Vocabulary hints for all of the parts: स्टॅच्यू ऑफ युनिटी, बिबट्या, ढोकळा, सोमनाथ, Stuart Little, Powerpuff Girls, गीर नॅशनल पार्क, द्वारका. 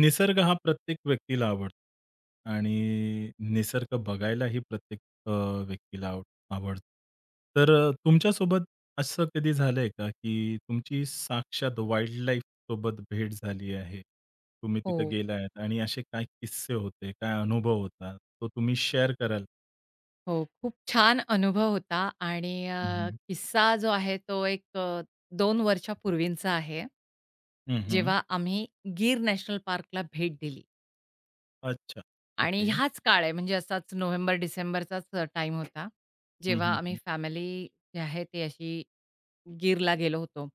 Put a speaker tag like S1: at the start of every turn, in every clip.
S1: निसर्ग हा प्रत्येक व्यक्तीला आवडतो आणि निसर्ग बघायलाही प्रत्येक अ, व्यक्तीला आवडतो. तर तुमच्यासोबत असं कधी झालंय का, की तुमची साक्षात वाईल्डलाईफ सोबत भेट झाली आहे? तुम्ही तिथे
S2: हो,
S1: गेलायत आणि असे काय किस्से होते, काय अनुभव होता, तो तुम्ही शेअर कराल?
S2: हो. खूप छान अनुभव होता आणि
S1: हं, हं.
S2: किस्सा जो आहे तो एक 2 वर्षापूर्वींचा आहे. जेव्हा आम्ही गीर नॅशनल पार्कला भेट दिली
S1: अच्छा.
S2: आणि
S1: ओके.
S2: ह्याच काळ आहे म्हणजे असाच नोव्हेंबर-डिसेंबरचाच टाईम होता.
S1: हं,
S2: जेव्हा
S1: हं,
S2: आम्ही
S1: हं.
S2: फॅमिली जी आहे ती अशी गीरला गेलो होतो.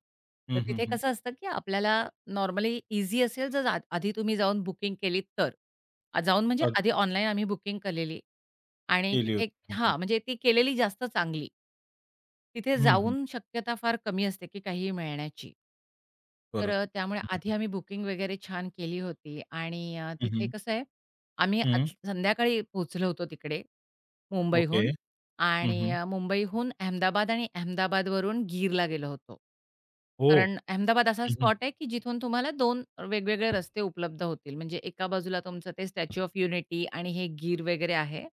S2: तर
S1: हं, हं,
S2: तिथे
S1: हं.
S2: कसं असतं, की आपल्याला नॉर्मली ईझी असेल जर आधी तुम्ही जाऊन बुकिंग केलीत तर. जाऊन म्हणजे
S1: अ,
S2: आधी ऑनलाईन आम्ही बुकिंग केलेली आणि
S1: केली
S2: तिथे
S1: होती. हं, हं.
S2: हां, म्हणजे ती केलेली जास्त चांगली. तिथे
S1: हं, हं.
S2: जाऊन शक्यता फार कमी असते, की काहीही मिळण्याची. तर
S1: बरोबर.
S2: त्यामुळे
S1: हं, हं.
S2: आधी आम्ही बुकिंग वगैरे छान केली होती आणि तिथे
S1: हं,
S2: कसं आहे, आम्ही आज संध्याकाळी पोहोचलो होतो तिकडे
S1: ओके.
S2: मुंबईहून.
S1: हं,
S2: आणि
S1: हं.
S2: मुंबईहून अहमदाबाद आणि अहमदाबादवरून गीरला गेलो होतो.
S1: हो.
S2: कारण अहमदाबाद असा
S1: हं, हं.
S2: स्पॉट आहे, की जिथून तुम्हाला दोन वेगवेगळे रस्ते उपलब्ध होतील. म्हणजे एका बाजूला तुमचं ते स्टॅच्यू ऑफ युनिटी आणि हे गीर वगैरे आहे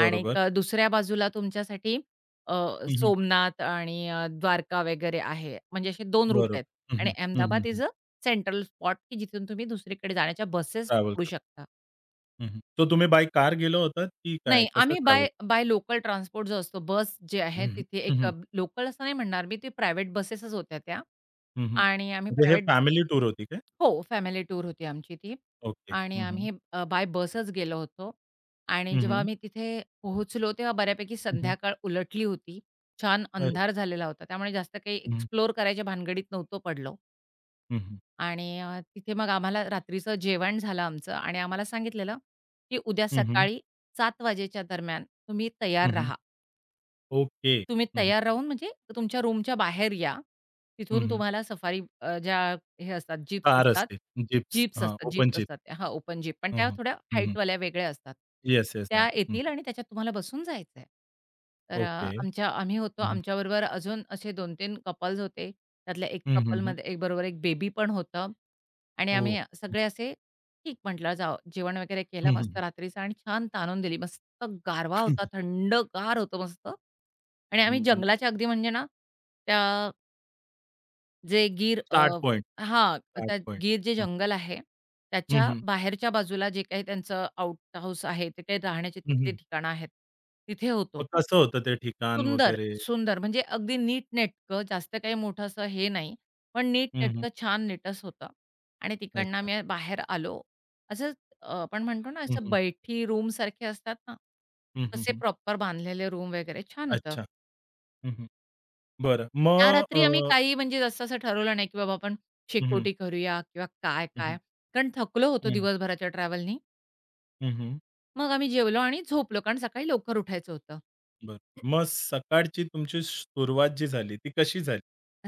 S2: आणि दुसऱ्या बाजूला तुमच्यासाठी अ,
S1: हं, हं.
S2: सोमनाथ आणि द्वारका वगैरे आहे. म्हणजे असे 2 रूट
S1: बरोबर.
S2: आहेत
S1: हं,
S2: आणि
S1: हं. हं, हं,
S2: अहमदाबाद
S1: हं.
S2: इज अ सेंट्रल स्पॉट, की जिथून तुम्ही दुसरीकडे जाण्याच्या बसेस
S1: ट्रॅव्हल
S2: पकडू
S1: करून.
S2: शकता.
S1: हं, हं. सो तुम्ही बाय कार गेला होतात की काय?
S2: नाही,
S1: कसं
S2: आम्ही
S1: travel?
S2: By by local transport जो असतो, बस जे
S1: हं,
S2: आहे
S1: हं.
S2: तिथे
S1: हं,
S2: एक
S1: हं.
S2: लोकल असं नाही म्हणणार मी, ते प्रायव्हेट बसेसच होत्या त्या
S1: हं, हं.
S2: आणि आम्ही
S1: म्हणजे हे
S2: प्रायव्हेट
S1: फॅमिली टूर होती काय?
S2: हो, फॅमिली टूर होती आमची ती
S1: ओके.
S2: आणि
S1: हं, हं.
S2: आम्ही बाय बसच गेलो होतो आणि
S1: हं,
S2: जेव्हा
S1: हं.
S2: आम्ही तिथे पोहोचलो, तेव्हा बऱ्यापैकी
S1: हं, हं.
S2: संध्याकाळ उलटली होती. छान
S1: अरे!
S2: अंधार झालेला होता. त्यामुळे जास्त काही
S1: हं,
S2: एक्सप्लोर करायच्या भानगडीत नव्हतो पडलो.
S1: हं, हं.
S2: आणि तिथे मग आम्हाला रात्रीचं जेवण झालं आमचं आणि आम्हाला सांगितलेलं, की उद्या
S1: हं, हं.
S2: सकाळी सात वाजेच्या दरम्यान तुम्ही तयार
S1: हं, हं.
S2: राहा.
S1: ओके.
S2: तुम्ही
S1: हं, हं.
S2: तयार राहून म्हणजे तुमच्या रूमच्या बाहेर या.
S1: हं,
S2: तिथून
S1: हं.
S2: तुम्हाला सफारी ज्या हे असतात जीप्स
S1: कार
S2: असतात.
S1: असते. जीप्स.
S2: जीप्स
S1: हां,
S2: असतात
S1: ओपन
S2: जीप्स
S1: जीप.
S2: असतात त्या. हां, ओपन जीप पण
S1: हं,
S2: त्या
S1: हं.
S2: थोड्या
S1: हं, हं.
S2: हाईटवाल्या वेगळ्या असतात.
S1: Yes, yes. आहे.
S2: त्या
S1: हं,
S2: येतील
S1: हं.
S2: आणि त्याच्यात तुम्हाला बसून जायचंय. तर
S1: ओके. हं,
S2: आम्ही होतो.
S1: हं.
S2: आमच्याबरोबर अजून असे 2-3 कपल्स होते. त्यातल्या एक
S1: हं, हं, हं.
S2: कपलमध्ये एक बरोबर एक बेबी पण होतं आणि
S1: ओह!
S2: आम्ही सगळे असे ठीक म्हटलं जावं. जेवण वगैरे केलं
S1: हं,
S2: मस्त
S1: हं.
S2: रात्रीचं आणि छान ताणून दिली. मस्त गारवा होता, थंडगार होतं मस्त आणि आम्ही
S1: हं, हं.
S2: जंगलाच्या अगदी म्हणजे ना त्या जे गीर
S1: स्टार्ट पॉइंट.
S2: हां,
S1: स्टार्ट
S2: आता
S1: पॉइंट.
S2: गीर जे जंगल आहे,
S1: हं,
S2: त्याच्या
S1: हं.
S2: बाहेरच्या बाजूला जे काही त्यांचं आउट हाऊस आहे, ते काही राहण्याची
S1: हं,
S2: तिथली
S1: हं.
S2: ठिकाणं आहेत, तिथे
S1: मग
S2: होतो.
S1: कसं होतं ते ठिकाण
S2: सुंदर,
S1: वगैरे?
S2: सुंदर म्हणजे अगदी नीटनेटकं, जास्त काही मोठं असं हे नाही, पण
S1: हं, हं.
S2: नीटनेटकं छान नीटस होतं आणि तिकडनं
S1: अच्छा.
S2: आम्ही बाहेर आलो. असंच आपण म्हणतो ना,
S1: हं,
S2: असं
S1: हं.
S2: बैठी रूमसारखे असतात ना,
S1: हं, हं,
S2: तसे
S1: हं.
S2: प्रॉपर बांधलेले रूम वगैरे छान होतं.
S1: अच्छा. हं, हं. बरं.
S2: त्या
S1: मग
S2: रात्री आम्ही काही म्हणजे जसं असं ठरवलं नाही, की बाबा आपण
S1: हं, हं.
S2: शेकोटी करूया किंवा
S1: हं, हं.
S2: काय-काय. कारण थकलो होतो
S1: हं, हं.
S2: दिवसभराच्या ट्रॅव्हलनी.
S1: हं,
S2: मग आम्ही जेवलो आणि झोपलो कारण सकाळी लवकर उठायचं होतं.
S1: बरं. मग सकाळची तुमची सुरुवात जी झाली, ती कशी झाली?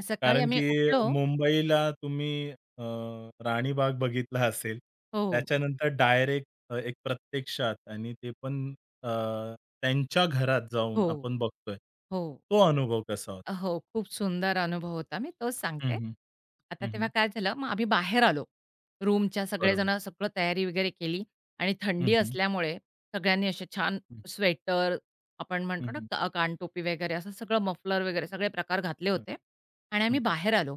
S2: सकाळी
S1: कारण
S2: आम्ही
S1: की
S2: उठलो
S1: मुंबईला तुम्ही अ, राणीबाग बघितला असेल.
S2: हो,
S1: त्याच्यानंतर डायरेक्ट एक प्रत्यक्षात आणि ते पण अ, त्यांच्या घरात जाऊन
S2: हो,
S1: आपण बघतोय.
S2: हो.
S1: तो अनुभव कसा होता?
S2: हो, खूप सुंदर अनुभव होता. मी तोच
S1: हं,
S2: सांगते.
S1: हं.
S2: आता
S1: हं,
S2: तेव्हा
S1: हं.
S2: काय झालं, मग आम्ही बाहेर आलो. रूमच्या
S1: बरोबर.
S2: सगळेजण सगळं तयारी वगैरे केली आणि
S1: हं,
S2: थंडी
S1: हं.
S2: असल्यामुळे सगळ्यांनी असे छान
S1: हं.
S2: स्वेटर, आपण
S1: हं,
S2: म्हणतो ना
S1: हं.
S2: का कानटोपी वगैरे असं सगळं मफलर वगैरे सगळे प्रकार घातले होते आणि
S1: हं,
S2: आम्ही
S1: हं,
S2: बाहेर आलो.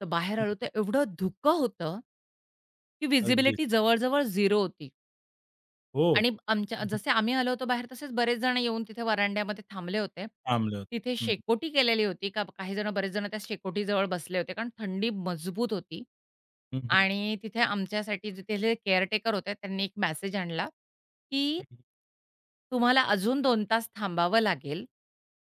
S2: तर बाहेर
S1: हं.
S2: आलो तर एवढं धुकं होतं, की
S1: अगदीच.
S2: व्हिजिबिलिटी जवळ-जवळ झिरो होती.
S1: हो.
S2: आणि आमच्या
S1: हं, हं.
S2: जसे आम्ही आलो होतो बाहेर, तसेच बरेच जण येऊन तिथे वरांड्यामध्ये थांबले होते.
S1: थांबले होते.
S2: तिथे
S1: हं, हं.
S2: शेकोटी केलेली होती. काही जण बरेच जण त्या शेकोटीजवळ बसले होते. कारण थंडी मजबूत होती
S1: हं, हं.
S2: आणि तिथे आमच्यासाठी जे तिथले केअरटेकर होते, त्यांनी एक मेसेज आणला, की
S1: हं, हं.
S2: तुम्हाला अजून 2 तास थांबावं लागेल.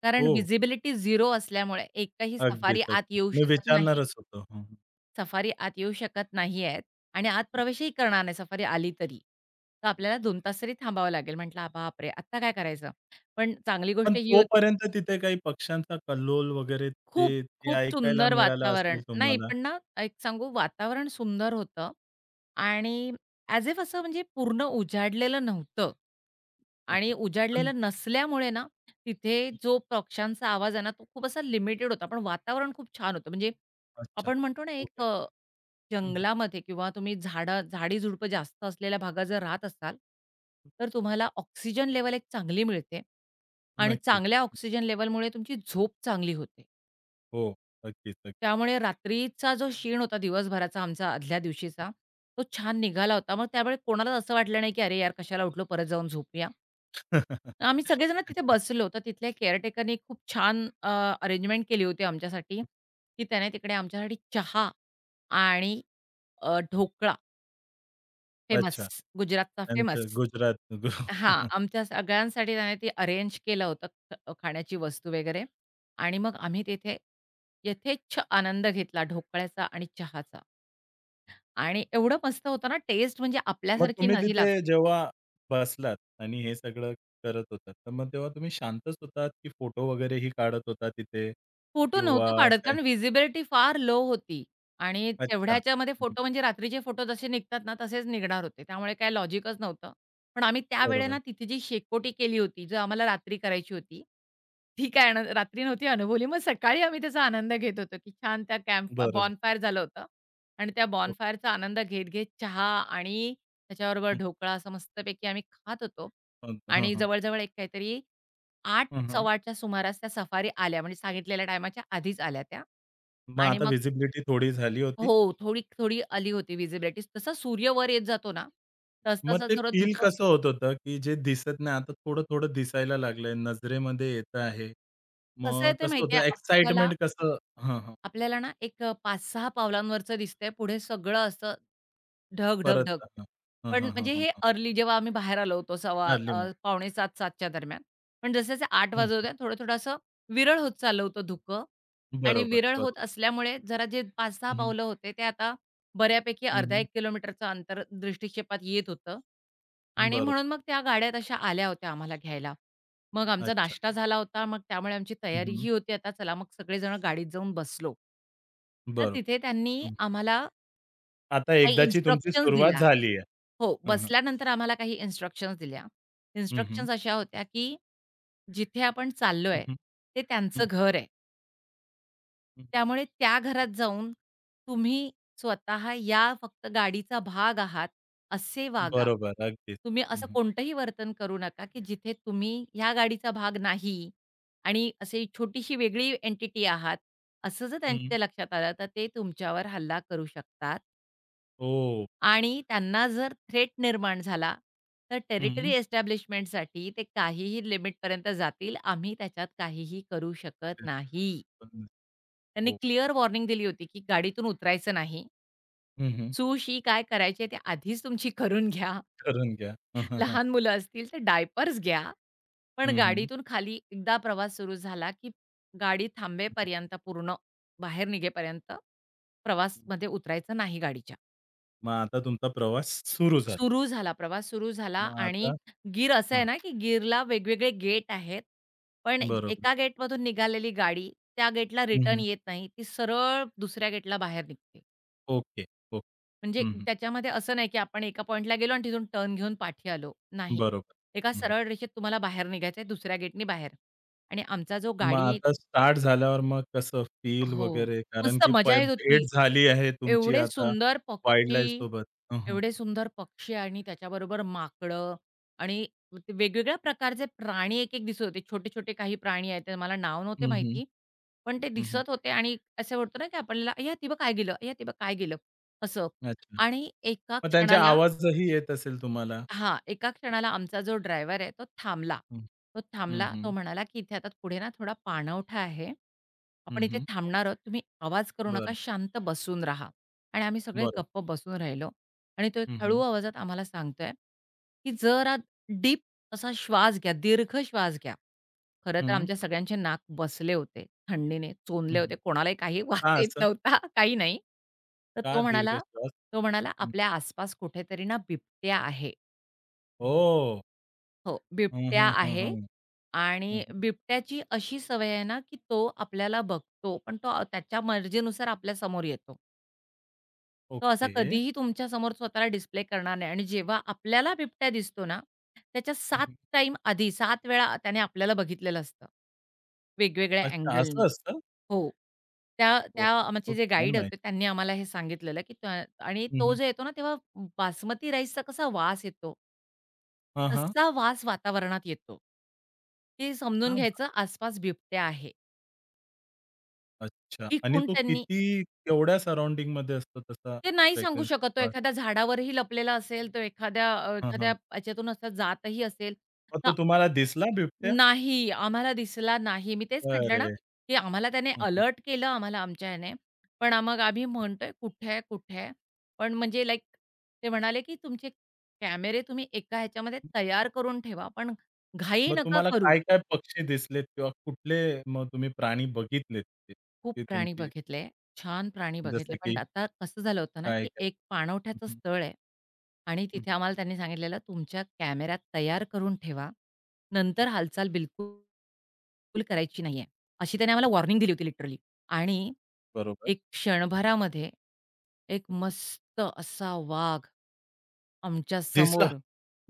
S2: कारण
S1: हो.
S2: व्हिजिबिलिटी 0 असल्यामुळे एकही
S1: अगदीच,
S2: सफारी आत
S1: अगदीच.
S2: येऊ
S1: मी
S2: शकत नाही.
S1: विचारणारच होतो. हं, हं.
S2: सफारी आत येऊ शकत नाही आहेत आणि आत
S1: हं,
S2: प्रवेशही करणार नाही सफारी आली तरी. तर
S1: हं.
S2: आपल्याला 2 तास तरी थांबावं लागेल. म्हटलं, "बापरे! आत्ता काय करायचं?" पण चांगली
S1: पण
S2: गोष्ट ही होती
S1: तोपर्यंत तिथे काही पक्ष्यांचा कल्लोल वगैरे
S2: खूप,
S1: ते ते
S2: खूप
S1: ऐकायला
S2: सुंदर
S1: मिळालं असेल
S2: वातावरण. नाही
S1: तुम्हाला?
S2: पण ना, एक सांगू वातावरण सुंदर होतं आणि ॲज इफ असं म्हणजे पूर्ण उजाडलेलं नव्हतं. आणि
S1: अच्छा. पण
S2: उजाडलेलं नसल्यामुळे ना, तिथे जो पक्ष्यांचा आवाज आहे ना, तो खूप असा लिमिटेड होता. पण वातावरण खूप छान होतं. म्हणजे
S1: अच्छा.
S2: आपण म्हणतो ना, एक
S1: ओके. हं, हं.
S2: जंगलामध्ये किंवा तुम्ही झाडं झाडी-झुडपं जास्त असलेल्या भागात जर राहत असाल, तर तुम्हाला ऑक्सिजन लेव्हल एक चांगली मिळते आणि
S1: नक्कीच.
S2: चांगल्या ऑक्सिजन लेव्हलमुळे तुमची झोप चांगली होते.
S1: हो. अगदीच, अगदीच.
S2: त्यामुळे रात्रीचा जो शीण होता दिवसभराचा आमचा आदल्या दिवशीचा, तो छान निघाला होता. मग त्यावेळी कोणालाच असं वाटलं नाही, की "अरे यार, कशाला उठलो, परत जाऊन झोपूया." आम्ही सगळेजण तिथे बसलो. तर तिथल्या केअरटेकरनी खूप छान अरेंजमेंट केली होती आमच्यासाठी, की त्याने तिकडे आमच्यासाठी चहा आणि ढोकळा फेमस,
S1: अच्छा.
S2: गुजरातचा फेमस
S1: त्यांचं गुजरात
S2: हां, आमच्या सगळ्यांसाठी त्याने ते अरेंज केलं होतं खाण्याची वस्तू वगैरे आणि मग आम्ही तिथे यथेच्छ आनंद घेतला ढोकळ्याचा आणि चहाचा. आणि एवढं मस्त होतं ना, टेस्ट म्हणजे
S1: मग
S2: आपल्यासारखी
S1: तुम्ही
S2: नाही
S1: तिथे
S2: लागत.
S1: जेव्हा बसलात आणि हे सगळं करत होतात, तर मग तेव्हा तुम्ही शांतच होतात, की फोटो वगैरेही काढत होता तिथे
S2: फोटो
S1: किंवा
S2: नव्हतो काढत
S1: काय?
S2: कारण व्हिजिबिलिटी फार लो होती आणि
S1: अच्छा.
S2: तेवढ्या ह्याच्यामध्ये
S1: हं, हं.
S2: फोटो म्हणजे रात्रीचे फोटो जसे निघतात ना, तसेच निघणार होते. त्यामुळे काही लॉजिकच नव्हतं. पण आम्ही
S1: बरोबर,
S2: त्यावेळेला तिथे जी शेकोटी केली होती, जो आम्हाला रात्री करायची होती, ती काय अन रात्री नव्हती अनुभवली. मग सकाळी आम्ही त्याचा आनंद घेत होतो, की छान त्या कॅम्प
S1: बरोबर.
S2: बॉनफायर झालं होतं आणि त्या
S1: हो.
S2: बॉनफायरचा आनंद घेत-घेत चहा आणि त्याच्याबरोबर
S1: हं,
S2: ढोकळा असं मस्तपैकी आम्ही खात होतो
S1: हं. हं,
S2: आणि
S1: हं.
S2: जवळ एक काहीतरी
S1: हं, हं.
S2: 8:15च्या सुमारास त्या सफारी आल्या, म्हणजे सांगितलेल्या टायमाच्या आधीच आल्या त्या.
S1: मग
S2: आणि
S1: आता
S2: मग
S1: व्हिजिबिलिटी थोडी झाली होती.
S2: हो, थोडी-थोडी आली होती व्हिजिबिलिटी. तसा सूर्य वर येत जातो ना,
S1: मग ते
S2: तसं-तसं थोडं
S1: फील
S2: धुकं
S1: कसं होत होतं, की जे दिसत नाही आता थोडं-थोडं दिसायला लागलंय, नजरेमध्ये येत आहे.
S2: कसं
S1: मग
S2: येते
S1: कसं
S2: माहिती
S1: होतं
S2: आहे, आपल्याला
S1: एक्साइटमेंट कसं? हां, हां.
S2: आपल्याला ना एक 5-6 पावलांवरचं दिसतंय, पुढे सगळं असं ढग, ढग,
S1: परत
S2: ढग.
S1: हां,
S2: पण
S1: हां, हां,
S2: म्हणजे
S1: हां,
S2: हे
S1: हां,
S2: अर्ली जेव्हा आम्ही बाहेर आलो होतो सव्वा
S1: अर्ली मॉर्निंग.
S2: पावणे 7:00-7:00च्या दरम्यान. पण जसे-जसे 8:00 वाजत होते, थोडं-थोडं असं विरळ होत चाललं होतं धुकं आणि
S1: बरोबर,
S2: विरळ
S1: बरोबर.
S2: होत असल्यामुळे जरा जे 5-6 पावलं होते, ते आता बऱ्यापैकी
S1: हं,
S2: अर्धा
S1: हं.
S2: 1 किलोमीटरचं अंतर दृष्टिक्षेपात येत होतं आणि
S1: बरोबर.
S2: म्हणून मग त्या गाड्या तशा आल्या होत्या आम्हाला घ्यायला. मग आमचा
S1: अच्छा.
S2: नाश्ता झाला होता, मग त्यामुळे आमची
S1: हं, हं.
S2: तयारीही होती, आता चला मग सगळेजण गाडीत जाऊन बसलो. तर
S1: बरोबर.
S2: तिथे त्यांनी
S1: हं.
S2: आम्हाला
S1: आता
S2: काही
S1: एकदाची तुमची
S2: इन्स्ट्रक्शन्स
S1: सुरुवात
S2: दिल्या.
S1: झाली आहे.
S2: हो,
S1: हं, हं.
S2: बसल्यानंतर आम्हाला काही इन्स्ट्रक्शन्स दिल्या.
S1: हं, हं.
S2: इन्स्ट्रक्शन्स अशा होत्या, की जिथे आपण
S1: हं,
S2: चाललोय,
S1: हं.
S2: ते
S1: हं,
S2: त्यांचं
S1: हं.
S2: घर आहे.
S1: हं, हं.
S2: त्यामुळे त्या घरात जाऊन तुम्ही स्वतः या फक्त गाडीचा भाग आहात, असे वागा.
S1: बरोबर. अगदीच.
S2: तुम्ही
S1: हं,
S2: असं
S1: हं.
S2: कोणतंही वर्तन करू नका, की जिथे तुम्ही ह्या गाडीचा भाग नाही आणि असे छोटीशी वेगळी एंटिटी आहात, असं जर
S1: हं.
S2: त्यांच्या लक्षात आलं, तर ते तुमच्यावर हल्ला करू शकतात.
S1: हो.
S2: आणि त्यांना जर थ्रेट निर्माण झाला, तर
S1: हं,
S2: टेरिटरी
S1: हं.
S2: एस्टॅब्लिशमेंटसाठी ते काहीही लिमिटपर्यंत जातील. आम्ही त्याच्यात काहीही करू शकत
S1: तेच
S2: नाही.
S1: पण
S2: त्यांनी
S1: हो.
S2: क्लिअर वॉर्निंग दिली होती, की गाडीतून उतरायचं नाही.
S1: हं, हं.
S2: सू-शी काय करायची आहे ते आधीच तुमची करून घ्या.
S1: करून घ्या.
S2: लहान मुलं असतील तर डायपर्स घ्या.
S1: हं,
S2: पण
S1: हं, हं. हं, हं.
S2: गाडीतून खाली एकदा प्रवास सुरू झाला, की गाडी
S1: हं,
S2: थांबेपर्यंत पूर्ण बाहेर निघेपर्यंत
S1: हं.
S2: प्रवासमध्ये उतरायचं नाही गाडीच्या.
S1: मग आता तुमचा प्रवास सुरू झाला.
S2: सुरू झाला, प्रवास सुरू झाला
S1: मग
S2: आणि
S1: आता
S2: गीर असं आहे
S1: हां.
S2: ना, की गीरला वेगवेगळे गेट आहेत. पण
S1: बरोबर.
S2: एका गेटमधून निघालेली गाडी त्या गेटला
S1: हं,
S2: रिटर्न
S1: हं.
S2: येत नाही. ती सरळ दुसऱ्या गेटला बाहेर निघते.
S1: ओके. ओके.
S2: म्हणजे
S1: हं, हं.
S2: त्याच्यामध्ये असं नाही, की आपण एका पॉइंटला गेलो आणि तिथून टर्न घेऊन पाठी आलो. नाही.
S1: बरोबर.
S2: एका
S1: हं.
S2: सरळ रेषेत तुम्हाला बाहेर निघायचं आहे दुसऱ्या गेटनी बाहेर. आणि आमचा जो
S1: मग
S2: गाडी
S1: आता स्टार्ट झाल्यावर मग कसं फील
S2: हो.
S1: वगैरे? कारण
S2: मस्त
S1: की
S2: मजा येत
S1: भेट
S2: होती.
S1: झाली आहे तुमची
S2: एवढे
S1: आता
S2: सुंदर पक्षी,
S1: वाईल्डलाईफ सोबत. हं, हं.
S2: एवढे सुंदर पक्षी आणि त्याच्याबरोबर माकडं आणि ते वेगवेगळ्या प्रकारचे प्राणी एक-एक दिसत होते. छोटे-छोटे काही प्राणी आहेत, ते मला नाव नव्हते
S1: हं, हं.
S2: माहिती. पण ते
S1: हं, हं.
S2: दिसत होते आणि असं वाटतं ना, की आपल्याला "अय्या! ती बघ काय गेलं, अय्या! ती बघ काय गेलं." असं.
S1: अच्छा.
S2: आणि एका
S1: मग त्यांचा
S2: क्षणाला
S1: आवाजही येत असेल तुम्हाला?
S2: हां, एका क्षणाला आमचा जो ड्रायव्हर आहे तो थांबला.
S1: हं, हं,
S2: तो
S1: हं.
S2: म्हणाला, की "इथे आता पुढे ना थोडा पाणवठा आहे.
S1: हं,
S2: आपण इथे
S1: हं.
S2: थांबणार आहोत. तुम्ही आवाज करू नका.
S1: बरं,
S2: शांत बसून राहा." आणि आम्ही सगळे
S1: बरं.
S2: गप्प बसून राहिलो आणि तो एक
S1: हं,
S2: हळू
S1: हं.
S2: आवाजात आम्हाला सांगतोय, की "जरा डीप असा श्वास घ्या. दीर्घ श्वास घ्या." खरं तर
S1: हं,
S2: आमच्या सगळ्यांचे नाक बसले होते थंडीने, चोंदले होते. कोणालाही काही वास
S1: का
S2: येत
S1: असं?
S2: नव्हता, काही नाही. तर
S1: का
S2: तो
S1: दीर्घ
S2: म्हणाला
S1: श्वास?
S2: तो म्हणाला,
S1: हं.
S2: "आपल्या आसपास कुठेतरी ना बिबट्या आहे."
S1: ओह!
S2: हो,
S1: हं,
S2: बिबट्या
S1: हं, हं,
S2: आहे
S1: हं.
S2: आणि बिबट्याची अशी सवय आहे ना, की तो आपल्याला बघतो, पण त्याच्या मर्जीनुसार आपल्यासमोर येतो. तो असा
S1: ओके.
S2: कधीही तुमच्यासमोर स्वतःला डिस्प्ले करणार नाही आणि जेव्हा आपल्याला बिबट्या दिसतो ना, त्याच्या 7
S1: हं,
S2: 7 वेळा त्याने आपल्याला बघितलेलं असतं. वेगवेगळ्या
S1: अच्छा असं
S2: अँगलनी.
S1: असतं?
S2: हो. त्या
S1: हो.
S2: त्या आमचे
S1: खूप
S2: जे
S1: छान
S2: गाईड होते
S1: माहिती.
S2: त्यांनी आम्हाला हे सांगितलेलं, की त्या आणि
S1: हं,
S2: तो
S1: हं.
S2: जो येतो ना, तेव्हा बासमती राईसचा कसा वास येतो.
S1: हां, हां.
S2: तसा वास वातावरणात येतो. हे समजून
S1: का
S2: घ्यायचं आसपास बिबट्या आहे.
S1: अच्छा
S2: ही
S1: आणि
S2: खूण
S1: तो
S2: त्यांनी
S1: किती केवढ्या सराउंडिंगमध्ये असतो तसा
S2: ते नाही सांगू
S1: फ्रॅग्रन्स
S2: शकत. तो
S1: वास?
S2: एखाद्या झाडावरही लपलेला असेल, तो एखाद्या
S1: हां,
S2: एखाद्या
S1: हां.
S2: ह्याच्यातून असा जातही असेल.
S1: मग
S2: तर
S1: तो तुम्हाला दिसला बिबट्या?
S2: नाही, आम्हाला दिसला नाही. मी तेच म्हटलं
S1: अरे!
S2: ना, की आम्हाला त्याने
S1: हं, हं.
S2: अलर्ट केलं आम्हाला आमच्या ह्याने पण मग आम्ही म्हणतोय, "कुठे आहे? कुठे आहे?" पण म्हणजे लाइक ते म्हणाले, की "तुमचे कॅमेरे तुम्ही एका ह्याच्यामध्ये तयार करून ठेवा, पण घाई
S1: मग
S2: नका
S1: तुम्हाला
S2: करू."
S1: काय-काय पक्षी दिसलेत किंवा कुठले मग तुम्ही प्राणी बघितलेत ते?
S2: खूप
S1: ते
S2: प्राणी
S1: तुमची
S2: बघितले. छान प्राणी
S1: जसं
S2: बघितले. पण
S1: की
S2: आता कसं झालं होतं ना, की
S1: काय-काय?
S2: एक
S1: हं,
S2: पाणवठ्याचं
S1: हं.
S2: स्थळ आहे आणि
S1: हं, हं,
S2: तिथे आम्हाला त्यांनी सांगितलेलं, "तुमच्या कॅमेऱ्यात तयार करून ठेवा.
S1: हं.
S2: नंतर हालचाल बिलकुल करायची नाहीये." अशी त्यांनी आम्हाला वॉर्निंग दिली होती लिटरली. आणि
S1: बरोबर.
S2: एक क्षणभरामध्ये एक मस्त असा वाघ आमच्या
S1: दिसला?
S2: समोर,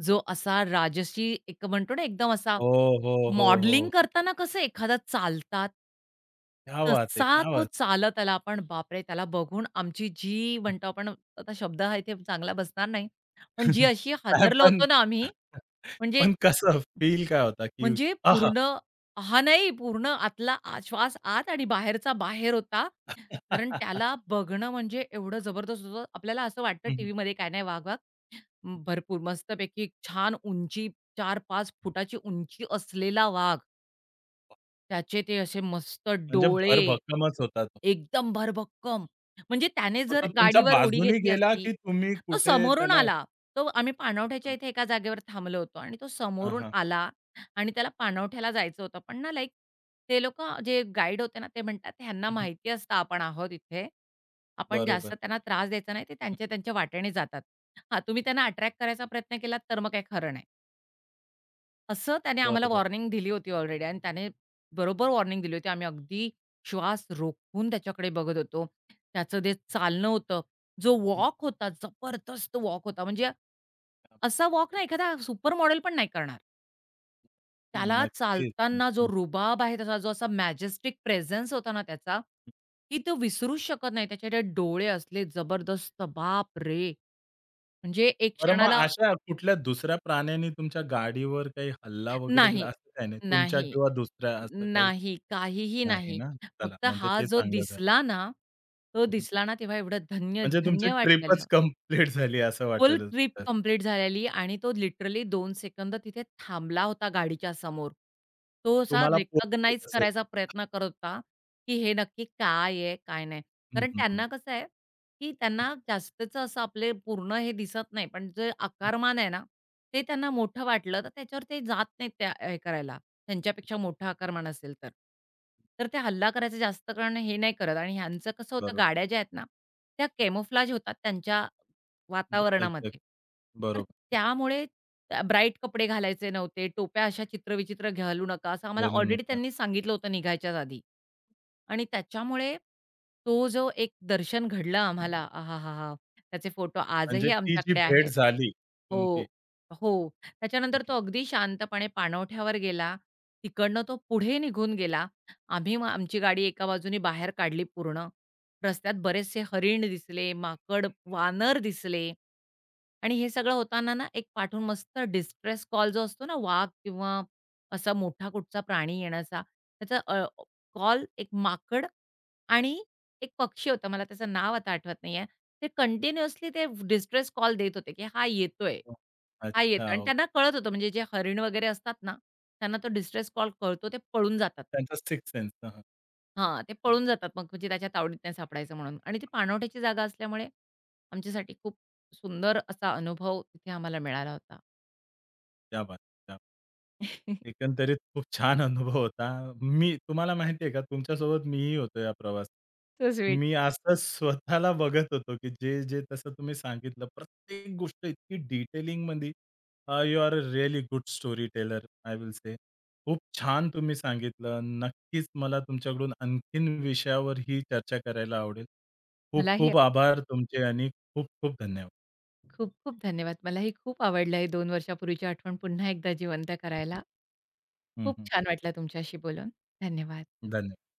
S2: जो असा राजसी एक म्हणतो ना, एकदम असा
S1: हो, हो, हो,
S2: मॉडेलिंग
S1: हो.
S2: करताना कसं एखादा चालतात
S1: क्या बात है!
S2: तसा
S1: क्या
S2: तो
S1: बात
S2: चालत आला. पण बापरे! त्याला बघून आमची जी
S1: है!
S2: म्हणतो आपण आता शब्द हा इथे चांगला बसणार नाही. पण जी अशी
S1: नाही
S2: हादरलो
S1: पण
S2: होतो ना आम्ही, म्हणजे
S1: पण कसं फील काय होता की
S2: म्हणजे
S1: आहा!
S2: पूर्ण हा नाही, पूर्ण आतला श्वास आत आणि बाहेरचा बाहेर होता. कारण त्याला बघणं म्हणजे एवढं जबरदस्त होतं. आपल्याला असं वाटतं
S1: हं, हं.
S2: टीव्हीमध्ये काय नाही वाघ, वाघ. भरपूर मस्तपैकी छान उंची चार 5 फुटाची उंची असलेला वाघ. त्याचे ते असे मस्त
S1: म्हणजे
S2: डोळे,
S1: भरभक्कमच होता तो.
S2: एकदम भरभक्कम. म्हणजे त्याने
S1: मग
S2: जर
S1: तो तुमच्या
S2: गाडीवर उडी
S1: बाजूनी
S2: घेतली
S1: गेला,
S2: असती,
S1: की तुम्ही
S2: तो
S1: कुठे
S2: समोरून
S1: त्याला
S2: आला. आम्ही पाणवठ्याच्या इथे एका जागेवर थांबलो होतो आणि तो
S1: हां,
S2: समोरून
S1: हां.
S2: आला आणि त्याला पाणवठ्याला जायचं होतं. पण ना लाइक ते लोकं जे गाईड होते ना, ते म्हणतात ह्यांना
S1: हं, हं.
S2: माहिती असतं आपण आहोत इथे. आपण
S1: बरोबर.
S2: जास्त त्यांना त्रास द्यायचा नाही. ते
S1: हं,
S2: त्यांच्या त्यांच्या वाटेने जातात. हां, तुम्ही त्यांना अट्रॅक्ट करायचा प्रयत्न केलात तर मग काही खरं नाही. असं त्याने आम्हाला
S1: बरोबर.
S2: वॉर्निंग दिली होती ऑलरेडी आणि त्याने वॉर्निंग दिली होती. आम्ही अगदी श्वास रोखून त्याच्याकडे बघत होतो. त्याचं जे चालणं होतं, जो
S1: हं.
S2: वॉक होता, जबरदस्त वॉक होता. म्हणजे असा वॉक ना एखादा सुपर मॉडेल पण नाही करणार.
S1: अगदी
S2: त्याला
S1: नक्कीच.
S2: चालताना जो
S1: हं.
S2: रुबाब आहे त्याचा, जो असा मॅजेस्टिक प्रेझेन्स होता ना त्याचा, की तो विसरूच शकत नाही. त्याच्याकडे डोळे असले जबरदस्त. बापरे! म्हणजे एक
S1: बरं मग
S2: क्षणाला
S1: अशा कुठल्या दुसऱ्या प्राण्याने तुमच्या गाडीवर काही हल्ला वगैरे केला
S2: नाही,
S1: असं काही नाही? तुमच्या
S2: नाही.
S1: किंवा दुसऱ्या असं काही?
S2: नाही, काहीही
S1: नाही
S2: नाही.
S1: ना? चला
S2: फक्त
S1: म्हणजे
S2: हा
S1: ते
S2: जो
S1: चांगलं झालं.
S2: दिसला ना, तो
S1: हं, हं.
S2: दिसला ना तेव्हा एवढं धन्य,
S1: म्हणजे तुमची
S2: धन्य
S1: ट्रिपच
S2: वाटलेलं.
S1: कंप्लीट झाली असं
S2: फुल
S1: वाटेल
S2: ट्रिप
S1: तर.
S2: कंप्लीट झालेली आणि तो लिटरली दोन सेकंद तिथे थांबला होता गाडीच्या समोर. तो असा
S1: तुम्हाला पोहोचवत
S2: रिकॉग्नाइज
S1: असेल.
S2: करायचा प्रयत्न करत होता, की हे नक्की काय आहे, काय नाही.
S1: हं,
S2: कारण
S1: हं, हं.
S2: त्यांना कसं आहे, की
S1: हं,
S2: त्यांना जास्तीचं असं आपले पूर्ण हे दिसत नाही, पण जे
S1: हं.
S2: आकारमान आहे ना, ते त्यांना मोठं वाटलं, तर त्याच्यावर ते जात नाहीत त्या हे करायला. त्यांच्यापेक्षा मोठं आकारमान असेल तर. तर ते हल्ला करायचं जास्त कारण हे नाही करत आणि ह्यांचं कसं होतं
S1: बरोबर.
S2: गाड्या ज्या आहेत ना, त्या कॅमोफ्लेज होतात त्यांच्या
S1: एक्झॅक्ट.
S2: वातावरणामध्ये. तर
S1: बरोबर.
S2: त्यामुळे त्या ब्राईट कपडे घालायचे नव्हते, टोप्या अशा चित्रविचित्र घालू नका, असं आम्हाला
S1: हं.
S2: ऑलरेडी त्यांनी सांगितलं होतं निघायच्याच आधी. आणि त्याच्यामुळे तो जो एक दर्शन घडलं आम्हाला, आहाहाहा! त्याचे फोटो
S1: म्हणजे
S2: आजही
S1: ती जी
S2: आमच्याकडे
S1: भेट
S2: आहेत.
S1: झाली
S2: हो,
S1: तुमची.
S2: हो.
S1: हं,
S2: त्याच्यानंतर तो अगदी शांतपणे पाणवठ्यावर गेला. तिकडनं तो पुढे निघून गेला. आम्ही मग आमची गाडी एका बाजूने बाहेर काढली पूर्ण. रस्त्यात बरेचसे हरीण दिसले, माकड, वानर दिसले आणि हे सगळं होताना ना, एक पाठून मस्त डिस्ट्रेस कॉल जो असतो ना, वाघ किंवा असा मोठा कुठचा प्राणी येण्याचा, त्याचा कॉल एक माकड आणि एक पक्षी होता, मला त्याचं नाव आता आठवत नाही ते कंटिन्युअसली ते डिस्ट्रेस कॉल देत होते, की हा येतोय,
S1: हं.
S2: हा येतोय आणि
S1: अच्छा.
S2: त्यांना कळत होतं, म्हणजे जे हरीण वगैरे असतात ना, त्यांना तो डिस्ट्रेस कॉल कळतो, ते पळून जातात.
S1: त्यांचा सिक्स्थ सेन्स.
S2: हां, ते पळून जातात मग म्हणजे त्याच्या तावडीत नाही सापडायचं म्हणून आणि ती पाणवठ्याची जागा असल्यामुळे आमच्यासाठी खूप सुंदर असा अनुभव तिथे आम्हाला मिळाला होता.
S1: क्या बात! क्या बात. एकंदरीत खूप छान अनुभव होता. मी तुम्हाला माहिती आहे का, तुमच्यासोबत मीही होतो या प्रवासात.
S2: So sweet.
S1: मी असंच स्वतःला बघत होतो, की जे तसं तुम्ही सांगितलं, प्रत्येक गोष्ट इतकी डिटेलिंगमध्ये you are a really good storyteller I will say. खूप छान तुम्ही सांगितलं. नक्कीच मला तुमच्याकडून आणखीन विषयावर ही चर्चा करायला आवडेल. खूप
S2: मलाही
S1: खूप आभार तुमचे आणि खूप खूप धन्यवाद.
S2: खूप-खूप धन्यवाद. मलाही खूप आवडलं हे दोन वर्षापूर्वीची आठवण पुन्हा एकदा जिवंत करायला.
S1: हं,
S2: खूप
S1: हं.
S2: छान वाटलं तुमच्याशी बोलून. धन्यवाद.
S1: धन्यवाद.